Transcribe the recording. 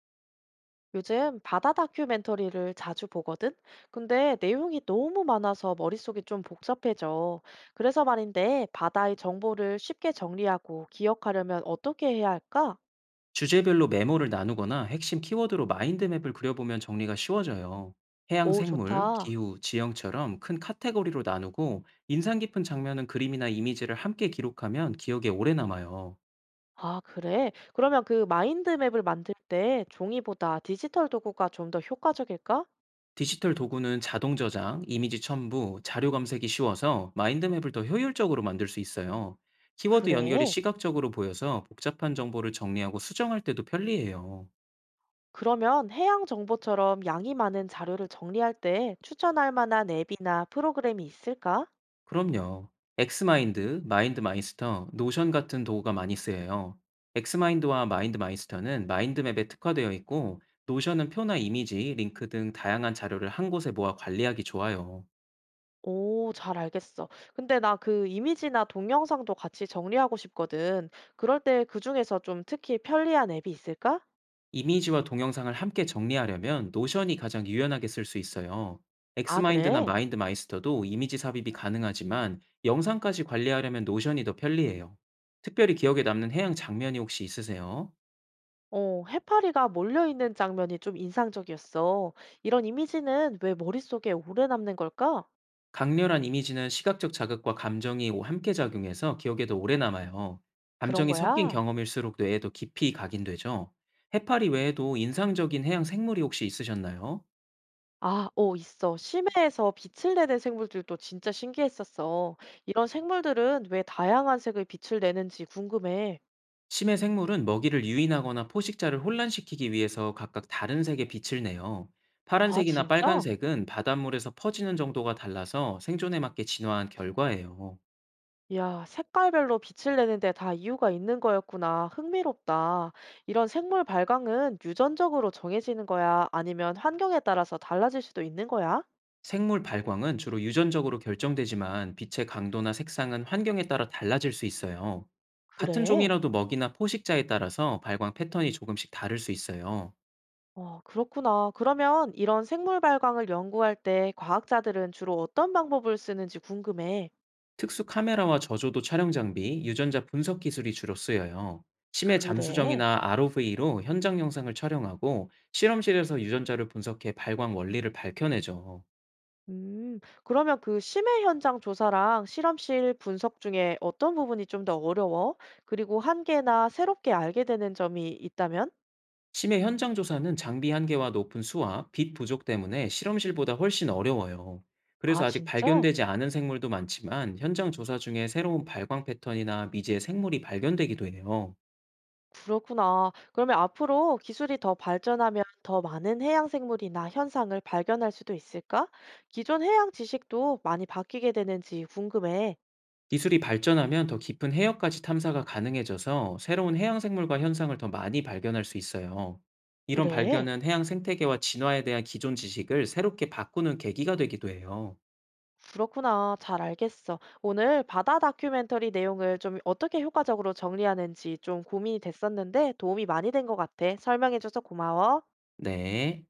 요즘 바다 다큐멘터리를 자주 보거든? 근데 내용이 너무 많아서 머릿속이 좀 복잡해져. 그래서 말인데, 바다의 정보를 쉽게 정리하고 기억하려면 어떻게 해야 할까? 주제별로 메모를 나누거나 핵심 키워드로 마인드맵을 그려보면 정리가 쉬워져요. 해양 오, 생물, 좋다. 기후, 지형처럼 큰 카테고리로 나누고 인상 깊은 장면은 그림이나 이미지를 함께 기록하면 기억에 오래 남아요. 아, 그래? 그러면 그 마인드맵을 만들 때 종이보다 디지털 도구가 좀 더 효과적일까? 디지털 도구는 자동 저장, 이미지 첨부, 자료 검색이 쉬워서 마인드맵을 더 효율적으로 만들 수 있어요. 키워드 연결이 그래. 시각적으로 보여서 복잡한 정보를 정리하고 수정할 때도 편리해요. 그러면 해양 정보처럼 양이 많은 자료를 정리할 때 추천할 만한 앱이나 프로그램이 있을까? 그럼요. 엑스마인드, 마인드마이스터, 노션 같은 도구가 많이 쓰여요. 엑스마인드와 마인드마이스터는 마인드맵에 특화되어 있고, 노션은 표나 이미지, 링크 등 다양한 자료를 한 곳에 모아 관리하기 좋아요. 오, 잘 알겠어. 근데 나 그 이미지나 동영상도 같이 정리하고 싶거든. 그럴 때 그중에서 좀 특히 편리한 앱이 있을까? 이미지와 동영상을 함께 정리하려면 노션이 가장 유연하게 쓸 수 있어요. 아, 엑스마인드나 그래? 마인드마이스터도 이미지 삽입이 가능하지만 영상까지 관리하려면 노션이 더 편리해요. 특별히 기억에 남는 해양 장면이 혹시 있으세요? 어, 해파리가 몰려있는 장면이 좀 인상적이었어. 이런 이미지는 왜 머릿속에 오래 남는 걸까? 강렬한 이미지는 시각적 자극과 감정이 함께 작용해서 기억에도 오래 남아요. 그런 감정이 섞인 거야? 경험일수록 뇌에도 깊이 각인되죠. 해파리 외에도 인상적인 해양 생물이 혹시 있으셨나요? 아, 어, 있어. 심해에서 빛을 내는 생물들도 진짜 신기했었어. 이런 생물들은 왜 다양한 색의 빛을 내는지 궁금해. 심해 생물은 먹이를 유인하거나 포식자를 혼란시키기 위해서 각각 다른 색의 빛을 내요. 아, 파란색이나 진짜? 빨간색은 바닷물에서 퍼지는 정도가 달라서 생존에 맞게 진화한 결과예요. 야, 색깔별로 빛을 내는데 다 이유가 있는 거였구나. 흥미롭다. 이런 생물 발광은 유전적으로 정해지는 거야? 아니면 환경에 따라서 달라질 수도 있는 거야? 생물 발광은 주로 유전적으로 결정되지만 빛의 강도나 색상은 환경에 따라 달라질 수 있어요. 같은 그래? 종이라도 먹이나 포식자에 따라서 발광 패턴이 조금씩 다를 수 있어요. 어, 그렇구나. 그러면 이런 생물 발광을 연구할 때 과학자들은 주로 어떤 방법을 쓰는지 궁금해. 특수 카메라와 저조도 촬영 장비, 유전자 분석 기술이 주로 쓰여요. 심해 그래? 잠수정이나 ROV로 현장 영상을 촬영하고 실험실에서 유전자를 분석해 발광 원리를 밝혀내죠. 음, 그러면 그 심해 현장 조사랑 실험실 분석 중에 어떤 부분이 좀 더 어려워? 그리고 한계나 새롭게 알게 되는 점이 있다면? 심해 현장 조사는 장비 한계와 높은 수와 빛 부족 때문에 실험실보다 훨씬 어려워요. 아, 그래서 아직 진짜? 발견되지 않은 생물도 많지만 현장 조사 중에 새로운 발광 패턴이나 미지의 생물이 발견되기도 해요. 그렇구나. 그러면 앞으로 기술이 더 발전하면 더 많은 해양 생물이나 현상을 발견할 수도 있을까? 기존 해양 지식도 많이 바뀌게 되는지 궁금해. 기술이 발전하면 더 깊은 해역까지 탐사가 가능해져서 새로운 해양 생물과 현상을 더 많이 발견할 수 있어요. 이런 그래. 발견은 해양 생태계와 진화에 대한 기존 지식을 새롭게 바꾸는 계기가 되기도 해요. 그렇구나. 잘 알겠어. 오늘 바다 다큐멘터리 내용을 좀 어떻게 효과적으로 정리하는지 좀 고민이 됐었는데 도움이 많이 된 것 같아. 설명해줘서 고마워. 네.